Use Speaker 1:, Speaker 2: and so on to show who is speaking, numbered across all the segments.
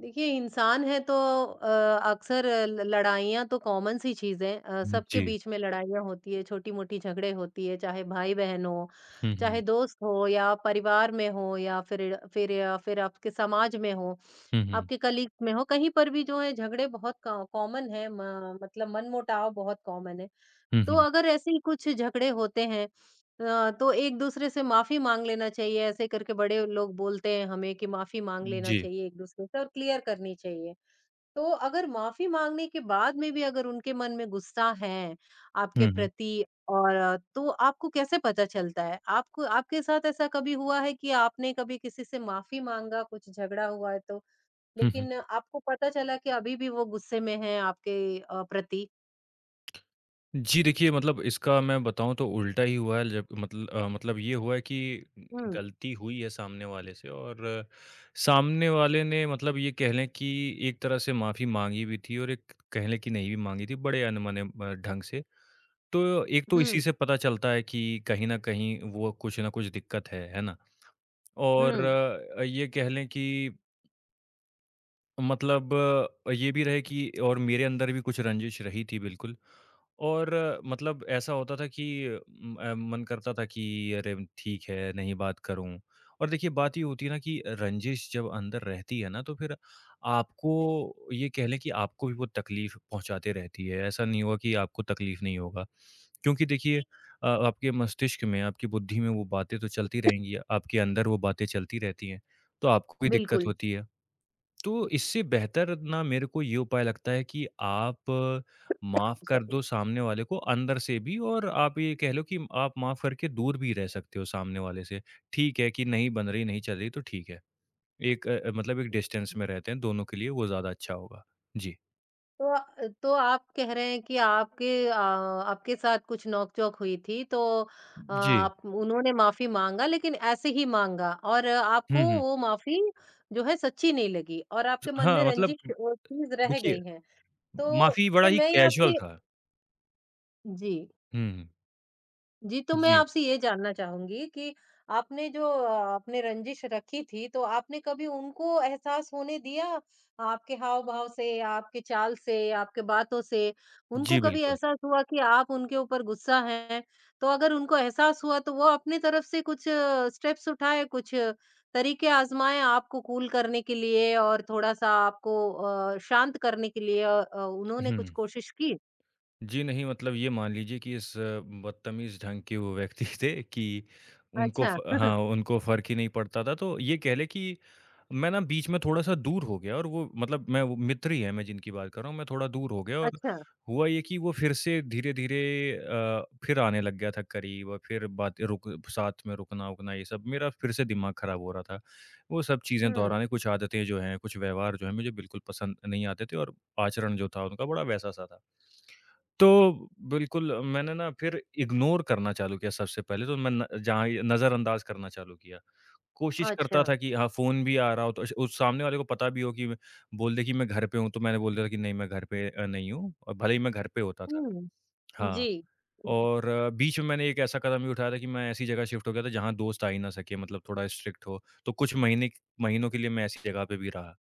Speaker 1: देखिए, इंसान है तो अ, अक्सर ल लड़ाइयाँ तो कॉमन सी चीज़ें, सबके
Speaker 2: जी।
Speaker 1: बीच में लड़ाइयाँ होती है, छोटी-मोटी झगड़े होती है, चाहे भाई-बहन हो,
Speaker 2: हुँ,
Speaker 1: चाहे
Speaker 2: हुँ।
Speaker 1: दोस्त हो या परिवार में हो या फिर आपके समाज में हो,
Speaker 2: हुँ, हुँ।
Speaker 1: आपके कलीग में हो, कहीं पर भी जो है झगड़े बहुत क कॉमन है, म मतलब मनमुटाव बहुत कॉमन है।
Speaker 2: हुँ,
Speaker 1: तो
Speaker 2: हुँ।
Speaker 1: अगर ऐसे ही कुछ झगड़े होते हैं, तो एक-दूसरे से माफ़ी माँग लेना चाहिए, ऐसे करके बड़े लोग बोलते हैं हमें कि माफ़ी माँग लेना
Speaker 2: जी।
Speaker 1: चाहिए एक-दूसरे से और क्लियर करनी चाहिए। तो अगर माफ़ी माँगने के बाद में भी अगर उनके मन में गुस्सा है आपके
Speaker 2: हुँ, हुँ।
Speaker 1: प्रति और तो आपको कैसे पता चलता है? आपको आपके साथ ऐसा कभी हुआ है कि आपने कभी किसी से माफ़ी माँगा, कुछ झगड़ा हुआ है तो,
Speaker 2: हुँ, हुँ।
Speaker 1: लेकिन आपको पता चला कि अभी भी वो गुस्से में हैं आपके प्रति?
Speaker 2: जी, देखिए मतलब इसका मैं बताऊँ तो उल्टा ही हुआ है जब मतलब ये हुआ है कि
Speaker 1: हुँ,
Speaker 2: गलती हुई है सामने वाले से और सामने वाले ने मतलब ये कह लें कि एक तरह से माफ़ी माँगी भी थी और एक कह लें कि नहीं भी माँगी थी, बड़े अनमने ढंग से। तो एक तो इसी
Speaker 1: हुँ,
Speaker 2: से पता चलता है कि कहीं न कहीं वो कुछ न कुछ दिक्कत है ना? और
Speaker 1: हुँ।
Speaker 2: ये कह लें कि मतलब ये भी रहे कि और मेरे अंदर भी कुछ रंजिश रही थी बिल्कुल और मतलब ऐसा होता था कि मन करता था कि अरे ठीक है नहीं बात करूं। और देखिए बात ये होती है ना कि रंजिश जब अंदर रहती है ना तो फिर आपको ये कह लें कि आपको भी वो तकलीफ पहुंचाते रहती है, ऐसा नहीं होगा कि आपको तकलीफ नहीं होगा, क्योंकि देखिए आपके मस्तिष्क में आपकी बुद्धि में वो बातें तो चलती रहेंगी, आपके अंदर वो बातें चलती रहती हैं, तो आपको भी दिक्कत
Speaker 1: बिल्कुल,
Speaker 2: होती है। तो इससे बेहतर ना मेरे को ये उपाय लगता है कि आप माफ़ कर
Speaker 1: सॉरी।
Speaker 2: दो सामने वाले को अंदर से भी और आप ये कह लो कि आप माफ़ करके दूर भी रह सकते हो सामने वाले से। ठीक है कि नहीं बन रही, नहीं चल रही तो ठीक है। मतलब एक डिस्टेंस में रहते हैं, दोनों के लिए वो ज़्यादा अच्छा होगा। जी।
Speaker 1: तो आप कह रहे हैं कि आपके साथ कुछ नोक-झोंक हुई थी तो, अ,
Speaker 2: जी।
Speaker 1: आप उन्होंने माफ़ी माँगा लेकिन ऐसे ही माँगा और
Speaker 2: हुँ,
Speaker 1: आपको
Speaker 2: हुँ।
Speaker 1: वो माफ़ी जो है सच्ची नहीं लगी और आपके मन में
Speaker 2: हाँ, मतलब
Speaker 1: रंजिश वो चीज़ रह
Speaker 2: देखिए
Speaker 1: गई है। तो
Speaker 2: माफ़ी बड़ा
Speaker 1: तो
Speaker 2: ही
Speaker 1: मैं ये
Speaker 2: कैज़ुअल
Speaker 1: आपसे।
Speaker 2: था।
Speaker 1: जी।
Speaker 2: हुँ, हुँ।
Speaker 1: जी, तो मैं
Speaker 2: जी।
Speaker 1: आपसे ये जानना चाहूँगी कि आपने रंजिश रखी थी, तो आपने कभी उनको एहसास होने दिया? आपके हाव-भाव से, आपकी चाल से, आपके बातों से, उनको
Speaker 2: जी,
Speaker 1: कभी
Speaker 2: बिल्कुल।
Speaker 1: एहसास हुआ कि आप उनके ऊपर गुस्सा हैं? तो अगर उनको एहसास हुआ, तो वो अपनी तरफ से कुछ स्टेप्स उठाए, कुछ तरीके आज़माए आपको कूल करने के लिए और थोड़ा-सा आपको शांत करने के लिए, उन्होंने
Speaker 2: हुँ।
Speaker 1: कुछ कोशिश की?
Speaker 2: जी नहीं, मतलब ये मान लीजिए कि इस बदतमीज़ ढंग के वो व्यक्ति थे कि उनको
Speaker 1: अच्छा।
Speaker 2: फ हाँ, उनको फ़र्क ही नहीं पड़ता था। तो ये कह लें कि मैं ना बीच में थोड़ा-सा दूर हो गया और वो मतलब मैं वो मित्र ही है मैं जिनकी बात कर रहा हूँ, मैं थोड़ा दूर हो गया और
Speaker 1: अच्छा।
Speaker 2: हुआ ये कि वो फिर से धीरे-धीरे फिर आने लग गया था करीब और फिर बात रुक साथ में रुकना-वुकना ये सब मेरा फिर से दिमाग ख़राब हो रहा था। वो सब चीज़ें
Speaker 1: हुँ,
Speaker 2: दोहराने, कुछ आदतें जो हैं, कुछ व्यवहार जो हैं, मुझे बिल्कुल पसंद नहीं आते थे और आचरण जो था उनका बड़ा वैसा-सा था। तो बिल्कुल मैंने ना फिर इग्नोर करना चालू किया, सबसे पहले तो मैं न जहाँ ये नज़रअंदाज करना चालू किया। कोशिश
Speaker 1: अच्छा।
Speaker 2: करता था कि हाँ, फ़ोन भी आ रहा हो तो श उस सामने वाले को पता भी हो कि मैं बोल दे कि मैं घर पे हूँ, तो मैंने बोल दिया था कि नहीं मैं घर पे नहीं हूँ और भले ही मैं घर पे होता था।
Speaker 1: हुँ,
Speaker 2: हाँ,
Speaker 1: जी।
Speaker 2: और बीच में मैंने एक ऐसा कदम भी उठाया था कि मैं ऐसी जगह शिफ्ट हो गया था जहाँ दोस्त आ ही ना सके, मतलब थोड़ा स्ट्रिक्ट हो, तो कुछ महीने महीनों के लिए मैं ऐसी जगह पे भी रहा।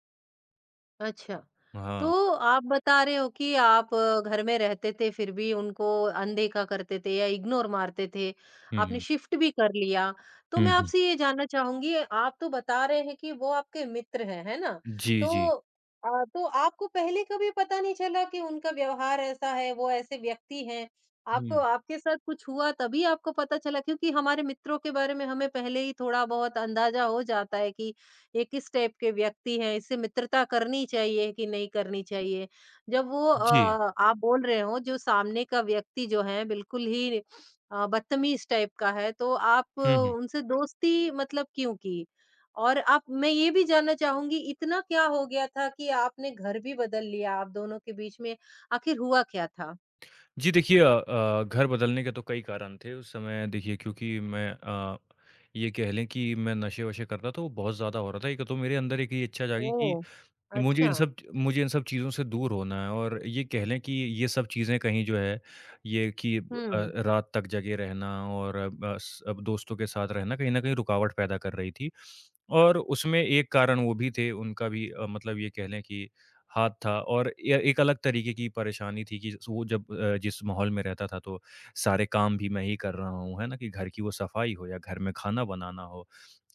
Speaker 1: अच्छा,
Speaker 2: हाँ।
Speaker 1: तो आप बता रहे हो कि घर में रहते थे फिर भी उनको अनदेखा करते थे या इग्नोर मारते थे,
Speaker 2: हुँ,
Speaker 1: आपने
Speaker 2: हुँ।
Speaker 1: शिफ्ट भी कर लिया। तो
Speaker 2: हुँ,
Speaker 1: मैं
Speaker 2: हुँ।
Speaker 1: आपसे ये जानना चाहूँगी आप तो बता रहे हैं कि वो आपके मित्र हैं, है ना?
Speaker 2: जी, जी।
Speaker 1: तो तो आपको पहले कभी पता नहीं चला कि उनका व्यवहार ऐसा है, वो ऐसे व्यक्ति हैं? आपको
Speaker 2: हुँ।
Speaker 1: आपके साथ कुछ हुआ तभी आपको पता चला क्योंकि हमारे मित्रों के बारे में हमें पहले ही थोड़ा-बहुत अंदाज़ा हो जाता है कि ये किस टाइप के व्यक्ति हैं, इससे मित्रता करनी चाहिए कि नहीं करनी चाहिए। जब
Speaker 2: जी।
Speaker 1: आप बोल रहे हो जो सामने का व्यक्ति जो है बिल्कुल ही बदतमीज़ टाइप का है तो
Speaker 2: हुँ, हुँ।
Speaker 1: उनसे दोस्ती मतलब क्यों की? और आप मैं ये भी जानना चाहूँगी इतना क्या हो गया था कि आपने घर भी बदल लिया, आप दोनों के बीच में आखिर हुआ क्या था?
Speaker 2: जी देखिए घर बदलने के तो कई कारण थे उस समय, देखिए क्योंकि ये कह लें कि मैं नशे-वशे करता तो बहुत ज़्यादा हो रहा था। एक तो मेरे अंदर एक ये इच्छा जागी कि
Speaker 1: ओह! अच्छा।
Speaker 2: मुझे इन सब चीज़ों से दूर होना है और ये कह लें कि ये सब चीज़ें कहीं जो है, ये कि
Speaker 1: हुँ,
Speaker 2: रात तक जगे रहना और बस अब दोस्तों के साथ रहना कहीं न कहीं रुकावट पैदा कर रही थी। और उसमें एक कारण वो भी थे, उनका भी मतलब ये कह लें कि हाथ था और ए एक अलग तरीके की परेशानी थी कि स वो जब जिस माहौल में रहता था तो सारे काम भी मैं ही कर रहा हूँ, है ना? कि घर की वो सफाई हो या घर में खाना बनाना हो।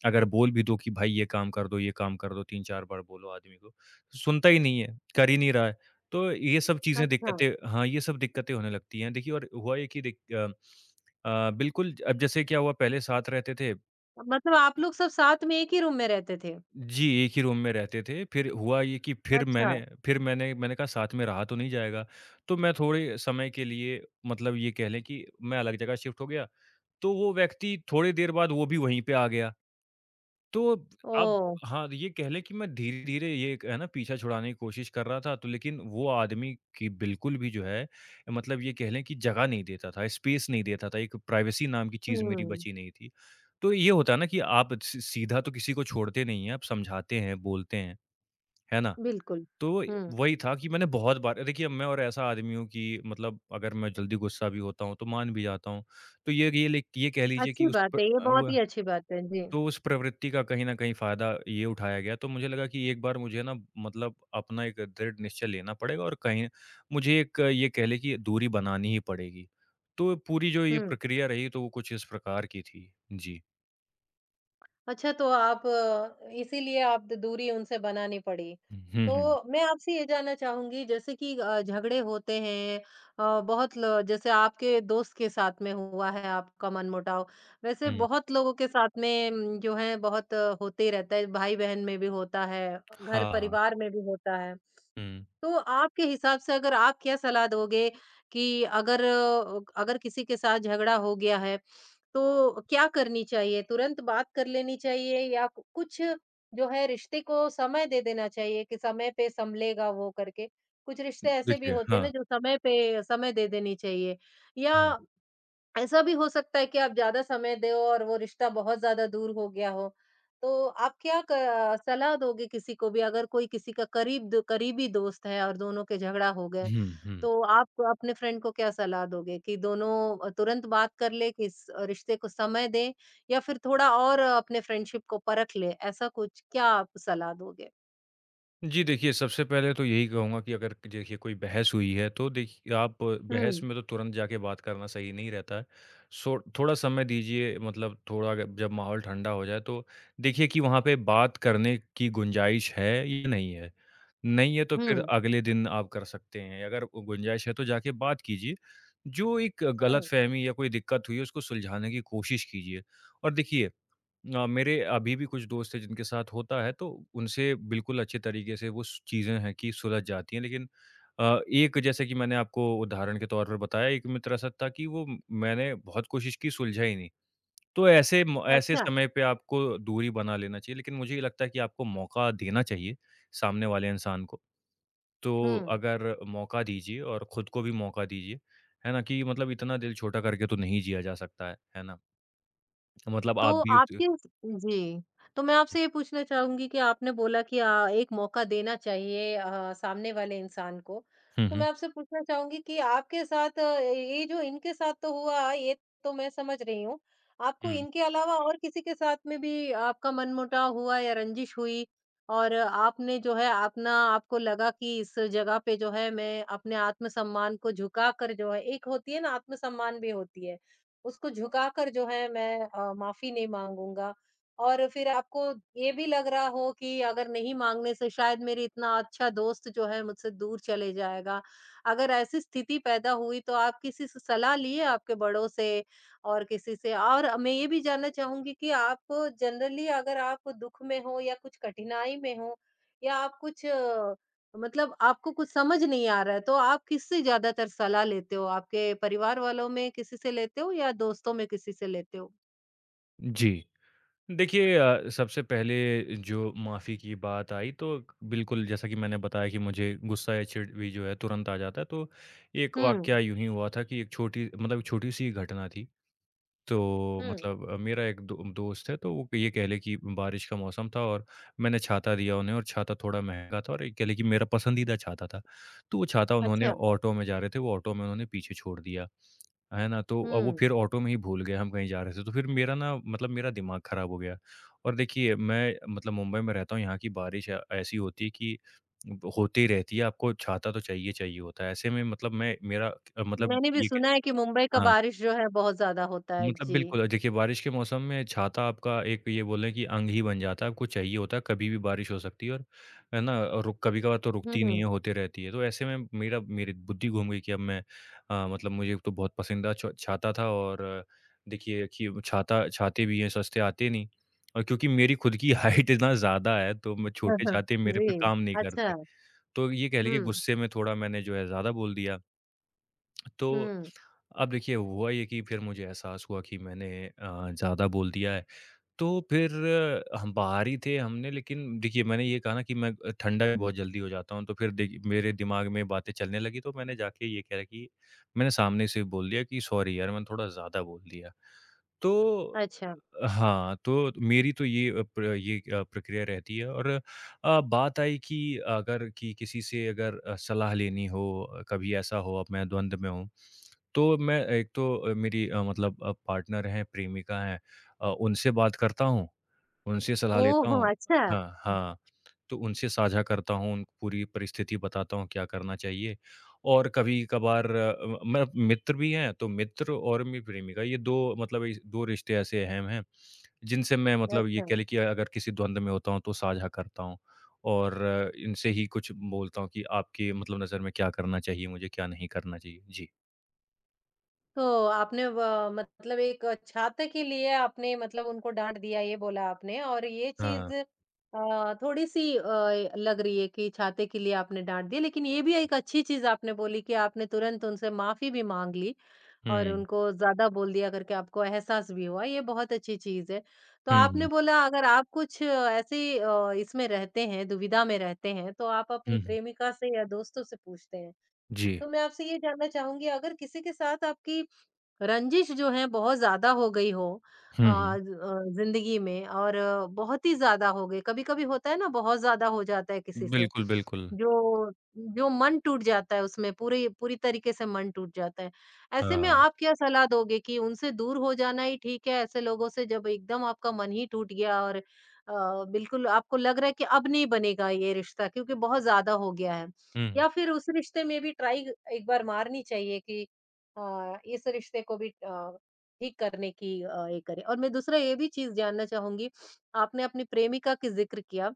Speaker 2: अगर बोल भी दो कि भाई ये काम कर दो, ये काम कर दो, 3-4 बार बोलो आदमी को, सुनता ही नहीं है, कर ही नहीं रहा है। तो ये सब चीज़ें
Speaker 1: अच्छा।
Speaker 2: दिक्कतें हाँ, ये सब दिक्कतें होने लगती हैं। देखिए और हुआ ये कि बिल्कुल अब जैसे क्या हुआ पहले साथ रहते थे।
Speaker 1: मतलब आप लोग सब साथ में एक ही रूम में रहते थे?
Speaker 2: जी, एक ही रूम में रहते थे। फिर हुआ ये कि
Speaker 1: अच्छा।
Speaker 2: फिर मैंने मैंने कहा साथ में रहा तो नहीं जाएगा। तो मैं थोड़े समय के लिए, मतलब ये कह लें कि मैं अलग जगह शिफ्ट हो गया। तो वो व्यक्ति थोड़ी देर बाद वो भी वहीं पे आ गया। तो अब
Speaker 1: ओह!
Speaker 2: हाँ, ये कह लें कि मैं धीरे-धीरे ये एक है ना पीछा छुड़ाने की कोशिश कर रहा था, तो लेकिन वो आदमी की बिल्कुल भी जो है, मतलब ये कह लें कि जगह नहीं देता था, स्पेस नहीं देता था, एक प्राइवेसी नाम की चीज़ मेरी
Speaker 1: हुँ।
Speaker 2: बची नहीं थी। तो ये होता है ना कि आप सी सीधा तो किसी को छोड़ते नहीं हैं, आप समझाते हैं, बोलते हैं, है ना?
Speaker 1: बिल्कुल।
Speaker 2: तो
Speaker 1: हुँ,
Speaker 2: वही था कि मैंने बहुत बार देखिए, मैं और ऐसा आदमी हूँ कि मतलब अगर मैं जल्दी गुस्सा भी होता हूँ, तो मान भी जाता हूँ। तो ये कह लीजिए कि
Speaker 1: अच्छी
Speaker 2: उस
Speaker 1: बात
Speaker 2: पर
Speaker 1: है, ये
Speaker 2: अ,
Speaker 1: बहुत
Speaker 2: वो
Speaker 1: ही अच्छी बात है। जी,
Speaker 2: तो उस प्रवृत्ति का कहीं न कहीं फ़ायदा ये उठाया गया, तो मुझे लगा कि एक बार मुझे ना मतलब अपना एक दृढ़ निश्चय लेना पड़ेगा और कहीं मुझे एक ये कह लें कि दूरी बनानी ही पड़ेगी। तो पूरी जो ये
Speaker 1: हुँ।
Speaker 2: प्रक्रिया रही तो वो कुछ इस प्रकार की थी। जी।
Speaker 1: अच्छा, तो इसीलिए आप द दूरी उनसे बनानी पड़ी।
Speaker 2: हुँ, हुँ,
Speaker 1: तो मैं आपसे ये जानना चाहूँगी जैसे कि झगड़े होते हैं, अ, बहुत ल जैसे आपके दोस्त के साथ में हुआ है आपका मनमुटाव, वैसे
Speaker 2: हुँ।
Speaker 1: बहुत लोगों के साथ में, जो है बहुत, होते ही रहता है, भाई-बहन में भी होता है, घर
Speaker 2: हाँ, हाँ।
Speaker 1: परिवार में भी होता है।
Speaker 2: हुँ।
Speaker 1: तो आपके हिसाब से अगर आप क्या सलाह दोगे कि अगर किसी के साथ झगड़ा हो गया है, तो क्या करनी चाहिए? तुरंत बात कर लेनी चाहिए या कु कुछ जो है रिश्ते को समय दे देना चाहिए कि समय पे सँभलेगा वो करके? कुछ रिश्ते ऐसे भी
Speaker 2: देखिए
Speaker 1: होते हैं
Speaker 2: हाँ,
Speaker 1: ना जो समय पे समय दे देनी चाहिए, या
Speaker 2: हुँ।
Speaker 1: ऐसा भी हो सकता है कि आप ज़्यादा समय दें और वो रिश्ता बहुत ज़्यादा दूर हो गया हो। तो आप क्या क सलाह दोगे किसी को भी अगर कोई किसी का करीबी दोस्त है और दोनों के झगड़ा हो गए,
Speaker 2: हुँ, हुँ।
Speaker 1: तो आप अपने फ्रेंड को क्या सलाह दोगे कि दोनों तुरंत बात कर लें, कि इस रिश्ते को समय दें या फिर थोड़ा और अपने फ्रेंडशिप को परख लें? ऐसा कुछ क्या आप सलाह दोगे?
Speaker 2: जी देखिए, सबसे पहले तो यही कहूँगा कि अगर देखिए कोई बहस हुई है तो देखिए आप बहस
Speaker 1: हुँ,
Speaker 2: में तो तुरंत जाके बात करना सही नहीं रहता है। सो थोड़ा समय दीजिए, मतलब थोड़ा अगर जब माहौल ठंडा हो जाए तो देखिए कि वहाँ पे बात करने की गुंजाइश है या नहीं है। नहीं है तो फिर
Speaker 1: हुँ।
Speaker 2: अगले दिन आप कर सकते हैं, अगर वो गुंजाइश है तो जाके बात कीजिए। जो एक
Speaker 1: हुँ,
Speaker 2: गलतफ़हमी या कोई दिक्कत हुई है उसको सुलझाने की कोशिश कीजिए। और देखिए मेरे अभी भी कुछ दोस्त हैं जिनके साथ होता है तो उनसे बिल्कुल अच्छे तरीके से वो स चीज़ें हैं कि सुलझ जाती हैं। लेकिन एक जैसे कि मैंने आपको उदाहरण के तौर पर बताया, एक मित्र ऐसा था कि वो, मैंने बहुत कोशिश की सुलझा ही नहीं। तो ऐसे
Speaker 1: अच्छा।
Speaker 2: समय पे आपको दूरी बना लेना चाहिए, लेकिन मुझे ये लगता है कि आपको मौका देना चाहिए सामने वाले इंसान को। तो
Speaker 1: हुँ।
Speaker 2: अगर मौका दीजिए और खुद को भी मौका दीजिए, है ना? कि मतलब इतना दिल छोटा करके तो नहीं जिया जा सकता है ना? मतलब आप
Speaker 1: तो
Speaker 2: भी उस
Speaker 1: आपके जी। तो मैं आपसे ये पूछना चाहूँगी कि आपने बोला कि एक मौका देना चाहिए, सामने वाले इंसान को।
Speaker 2: हुँ,
Speaker 1: तो
Speaker 2: हुँ।
Speaker 1: मैं आपसे पूछना चाहूँगी कि ये जो इनके साथ तो हुआ, ये तो मैं समझ रही हूँ। आपको
Speaker 2: हुँ।
Speaker 1: इनके अलावा और किसी के साथ में भी आपका मनमुटाव हुआ या रंजिश हुई, और आपने जो है अपना आपको लगा कि इस जगह पे जो है मैं अपने आत्मसम्मान को झुका कर, जो है एक होती है ना आत्मसम्मान भी होती है, उसको झुकाकर जो है मैं माफ़ी नहीं माँगूँगा। और फिर आपको ये भी लग रहा हो कि अगर नहीं माँगने से शायद मेरी इतना अच्छा दोस्त जो है मुझसे दूर चले जाएगा। अगर ऐसी स्थिति पैदा हुई तो आप किसी से सलाह लिए आपके बड़ों से और किसी से? और मैं ये भी जानना चाहूँगी कि आप जनरली अगर आप दुःख में हो या कुछ कठिनाई में हो या आप कुछ मतलब आपको कुछ समझ नहीं आ रहा है, तो आप किससे ज़्यादातर सलाह लेते हो? आपके परिवार वालों में किसी से लेते हो या दोस्तों में किसी से लेते हो?
Speaker 2: जी। देखिए सबसे पहले जो माफ़ी की बात आई तो बिल्कुल जैसा कि मैंने बताया कि मुझे गुस्सा या चिढ़ भी जो है तुरंत आ जाता है। तो एक
Speaker 1: हुँ,
Speaker 2: वाक़या यूँ ही हुआ था कि एक छोटी मतलब छोटी-सी घटना थी। तो
Speaker 1: हुँ,
Speaker 2: मतलब मेरा एक दो दोस्त है तो वो ये कह लें कि बारिश का मौसम था और मैंने छाता दिया उन्हें और छाता थोड़ा महँगा था और ये कह लें कि मेरा पसंदीदा छाता था। तो वो छाता उन्होंने
Speaker 1: अच्छा।
Speaker 2: ऑटो में जा रहे थे, वो ऑटो में उन्होंने पीछे छोड़ दिया। है ना? तो वो
Speaker 1: हुँ,
Speaker 2: फिर ऑटो में ही भूल गए, हम कहीं जा रहे थे, तो फिर मेरा ना मतलब मेरा दिमाग खराब हो गया। और देखिए मैं मतलब मुंबई में रहता हूँ, यहाँ की बारिश ऐसी होती है कि होती ही रहती है, आपको छाता तो चाहिए चाहिए होता है। ऐसे में मतलब मैं मेरा अ, मतलब
Speaker 1: मैंने भी
Speaker 2: ये क
Speaker 1: सुना है कि मुंबई का
Speaker 2: हाँ।
Speaker 1: बारिश जो है बहुत ज़्यादा होता है।
Speaker 2: मतलब
Speaker 1: जी,
Speaker 2: बिल्कुल, और देखिए बारिश के मौसम में छाता आपका एक ये बोलें कि अंग ही बन जाता है, आपको चाहिए होता है, कभी भी बारिश हो सकती है और है ना? और रुक कभी-कभार तो रुकती नहीं है,
Speaker 1: हुँ।
Speaker 2: होते रहती है। तो ऐसे में मेरा मेरी बुद्धि घूम गई कि अब मैं अ, मतलब मुझे तो बहुत पसंदीदा छ छाता था और देखिए कि छाता, छाते भी हैं, सस्ते आते नहीं, और क्योंकि मेरी खुद की हाइट इतना ज़्यादा है, तो मैं
Speaker 1: हाँ,
Speaker 2: छोटे
Speaker 1: हाँ,
Speaker 2: छाते मेरे पे
Speaker 1: जी,
Speaker 2: काम नहीं करते।
Speaker 1: अच्छा।
Speaker 2: तो ये कह लें कि
Speaker 1: हुँ,
Speaker 2: गुस्से में थोड़ा मैंने जो है ज़्यादा बोल दिया, तो
Speaker 1: हुँ,
Speaker 2: अब देखिए हुआ ये कि फिर मुझे एहसास हुआ कि मैंने ज़्यादा बोल दिया है। तो फिर हम बाहर ही थे, हमने लेकिन देखिए मैंने ये कहा ना कि मैं ठंडा भी बहुत जल्दी हो जाता हूँ, तो फिर देखिए मेरे दिमाग में बातें चलने लगी, तो मैंने जाके ये कह रहा कि मैंने सामने से बोल दिया कि सॉरी यार मैंने थोड़ा ज़्यादा बोल दिया। तो
Speaker 1: अच्छा।
Speaker 2: हाँ, तो मेरी तो ये प्रक्रिया रहती है और बात आई कि अगर कि किसी से अगर सलाह लेनी हो, कभी ऐसा हो अब मैं द्वंद में हूँ, तो मैं एक तो अ, मेरी अ, मतलब अ, पार्टनर हैं, प्रेमिका हैं, उनसे बात करता हूँ, उनसे सलाह लेता
Speaker 1: ओह!
Speaker 2: हूँ।
Speaker 1: अच्छा।
Speaker 2: हाँ,
Speaker 1: हुँ,
Speaker 2: हाँ। तो उनसे साझा करता हूँ, उन पूरी परिस्थिति बताता हूँ क्या करना चाहिए, और कभी-कभार मैं मित्र भी हैं, तो मित्र और मेरी प्रेमिका ये 2 मतलब इस 2 रिश्ते ऐसे अहम हैं, जिनसे मैं मतलब ये
Speaker 1: अच्छा।
Speaker 2: कह लें कि अगर किसी द्वंद में होता हूँ तो साझा करता हूँ, और इनसे ही कुछ बोलता हूँ कि आपकी मतलब नज़र में क्या करना चाहिए मुझे, क्या नहीं करना चाहिए? जी।
Speaker 1: तो आपने व मतलब एक छात्र के लिए आपने मतलब उनको डाँट दिया, ये बोला आपने, और ये
Speaker 2: हाँ।
Speaker 1: चीज़ थोड़ी-सी लग रही है कि छाते के लिए आपने डाँट दी, लेकिन ये भी एक अच्छी चीज़ आपने बोली कि आपने तुरंत उनसे माफ़ी भी माँग ली और
Speaker 2: हुँ,
Speaker 1: उनको ज़्यादा बोल दिया करके आपको एहसास भी हुआ, ये बहुत अच्छी चीज़ है। तो
Speaker 2: हुँ,
Speaker 1: आपने
Speaker 2: हुँ,
Speaker 1: बोला अगर आप कुछ ऐसी अ, इसमें रहते हैं, दुविधा में रहते हैं, तो आप
Speaker 2: हुँ,
Speaker 1: अपनी
Speaker 2: हुँ।
Speaker 1: प्रेमिका से या दोस्तों से पूछते हैं।
Speaker 2: जी।
Speaker 1: तो मैं आपसे ये जानना चाहूँगी अगर किसी के साथ आपकी रंजिश जो है बहुत ज़्यादा हो गई हो अ,
Speaker 2: हुँ, हुँ।
Speaker 1: ज़िंदगी में और बहुत ही ज़्यादा हो गई। कभी-कभी होता है ना, बहुत ज़्यादा हो जाता है किसी से,
Speaker 2: बिल्कुल, बिल्कुल।
Speaker 1: जो जो मन टूट जाता है उसमें पूरी पूरी तरीके से मन टूट जाता है। ऐसे में
Speaker 2: हाँ।
Speaker 1: आप क्या सलाह दोगे कि उनसे दूर हो जाना ही ठीक है ऐसे लोगों से जब एकदम आपका मन ही टूट गया, और बिल्कुल आपको लग रहा है कि अब नहीं बनेगा ये रिश्ता क्योंकि बहुत ज़्यादा हो गया है?
Speaker 2: हुँ,
Speaker 1: या फिर उस रिश्ते में भी ट्राई एक बार मारनी चाहिए कि इस रिश्ते को भी ठीक करने की ये करें। और मैं दूसरा ये भी चीज़ जानना चाहूँगी, आपने अपनी प्रेमिका की ज़िक्र किया,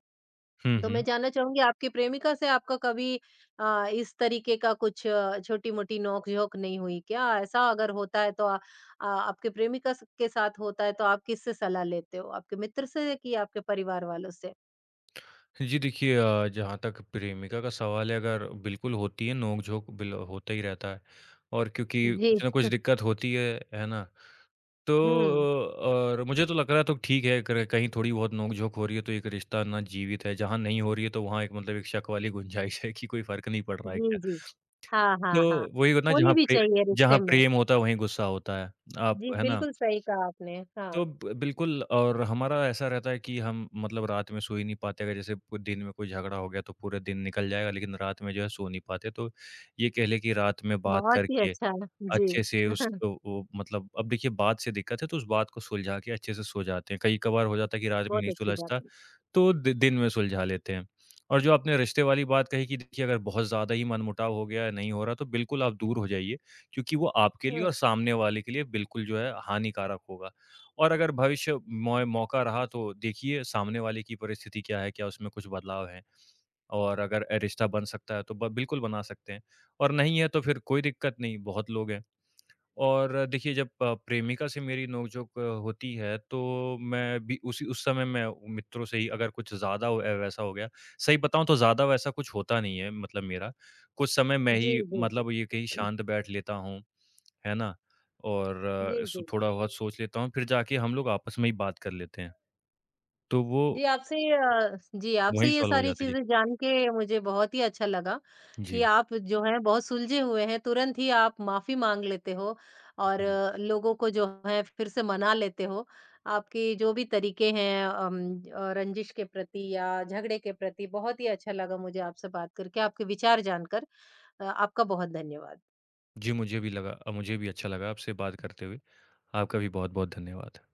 Speaker 2: हुँ,
Speaker 1: तो
Speaker 2: हुँ,
Speaker 1: मैं
Speaker 2: हुँ।
Speaker 1: जानना चाहूँगी आपकी प्रेमिका से आपका कभी इस तरीके का कुछ छोटी-मोटी नोक-झोंक नहीं हुई क्या? ऐसा अगर होता है तो, आपके प्रेमिका स के साथ होता है तो आप किससे सलाह लेते हो? आपके मित्र से कि आपके परिवार वालों से?
Speaker 2: जी देखिए जहाँ तक प्रेमिका का सवाल है, अगर बिल्कुल होती है नोक-झोंक, बिल होता ही रहता है और क्योंकि
Speaker 1: जी।
Speaker 2: कुछ ना कुछ दिक्कत होती है ना? तो
Speaker 1: हुँ।
Speaker 2: और मुझे तो लग रहा है तो ठीक है कर कहीं थोड़ी बहुत नोक-झोंक हो रही है तो एक रिश्ता ना जीवित है, जहाँ नहीं हो रही है तो वहाँ एक मतलब एक शक वाली गुंजाइश है कि कोई फ़र्क नहीं पड़ रहा है
Speaker 1: जी,
Speaker 2: क्या?
Speaker 1: जी। हाँ,
Speaker 2: तो
Speaker 1: हाँ, हाँ।
Speaker 2: वही होता है ना,
Speaker 1: होनी भी चाहिए
Speaker 2: जहाँ
Speaker 1: रिश्ते में।
Speaker 2: प्रेम होता है वहीं गुस्सा होता है। आप
Speaker 1: जी,
Speaker 2: है ना?
Speaker 1: बिल्कुल सही कहा आपने।
Speaker 2: तो
Speaker 1: हाँ।
Speaker 2: ब बिल्कुल, और हमारा ऐसा रहता है कि हम मतलब रात में सो ही नहीं पाते, अगर जैसे प दिन में कोई झगड़ा हो गया तो पूरा दिन निकल जाएगा, लेकिन रात में जो है सो नहीं पाते। तो ये कह लें कि रात में बात
Speaker 1: बहुत ही
Speaker 2: करके
Speaker 1: अच्छा। जी।
Speaker 2: अच्छे से उस ओ ओ मतलब अब देखिए बात से दिक्कत है तो उस बात को सुलझा के अच्छे से सो जाते हैं। कई कभार हो जाता है कि रात में
Speaker 1: बहुत
Speaker 2: नहीं
Speaker 1: अच्छी बात
Speaker 2: सुलझता,
Speaker 1: है।
Speaker 2: तो दि दिन में सुलझा लेते हैं। और जो आपने रिश्ते वाली बात कही कि देखिए, अगर बहुत ज़्यादा ही मनमुटाव हो गया, नहीं हो रहा, तो बिल्कुल आप दूर हो जाइए, क्योंकि वो आपके लिए और
Speaker 1: हुँ।
Speaker 2: सामने वाले के लिए बिल्कुल जो है हानिकारक होगा। और अगर भविष्य मौय मौका रहा तो देखिए सामने वाले की परिस्थिति क्या है, क्या उसमें कुछ बदलाव है? और अगर रिश्ता बन सकता है तो ब बिल्कुल बना सकते हैं, और नहीं है तो फिर कोई दिक्कत नहीं, बहुत लोग हैं। और देखिए जब प्रेमिका से मेरी नोक-झोंक होती है तो मैं भी उसी उस समय मैं मित्रों से ही, अगर कुछ ज़्यादा हो वैसा हो गया, सही बताऊँ तो ज़्यादा वैसा कुछ होता नहीं है मतलब मेरा। कुछ समय मैं
Speaker 1: जी,
Speaker 2: ही
Speaker 1: जी,
Speaker 2: मतलब ये कहीं
Speaker 1: जी।
Speaker 2: शांत बैठ लेता हूँ, है ना? और
Speaker 1: जी,
Speaker 2: सो
Speaker 1: जी।
Speaker 2: थोड़ा बहुत सोच लेता हूँ, फिर जाके हम लोग आपस में ही बात कर लेते हैं। तो वो
Speaker 1: जी, आपसे
Speaker 2: वहीं
Speaker 1: ये
Speaker 2: सॉल्व हो
Speaker 1: सारी
Speaker 2: जाता है। जी।
Speaker 1: चीज़ें जान के मुझे बहुत ही अच्छा लगा कि
Speaker 2: जी।
Speaker 1: आप जो हैं बहुत सुलझे हुए हैं, तुरंत ही आप माफ़ी माँग लेते हो और
Speaker 2: हुँ।
Speaker 1: लोगों को जो है फिर से मना लेते हो। आपके जो भी तरीके हैं रंजिश के प्रति या झगड़े के प्रति, बहुत ही अच्छा लगा मुझे आपसे बात करके, आपके विचार जानकर। आपका बहुत धन्यवाद।
Speaker 2: जी, मुझे भी लगा, मुझे भी अच्छा लगा आपसे बात करते हुए। आपका भी बहुत-बहुत धन्यवाद।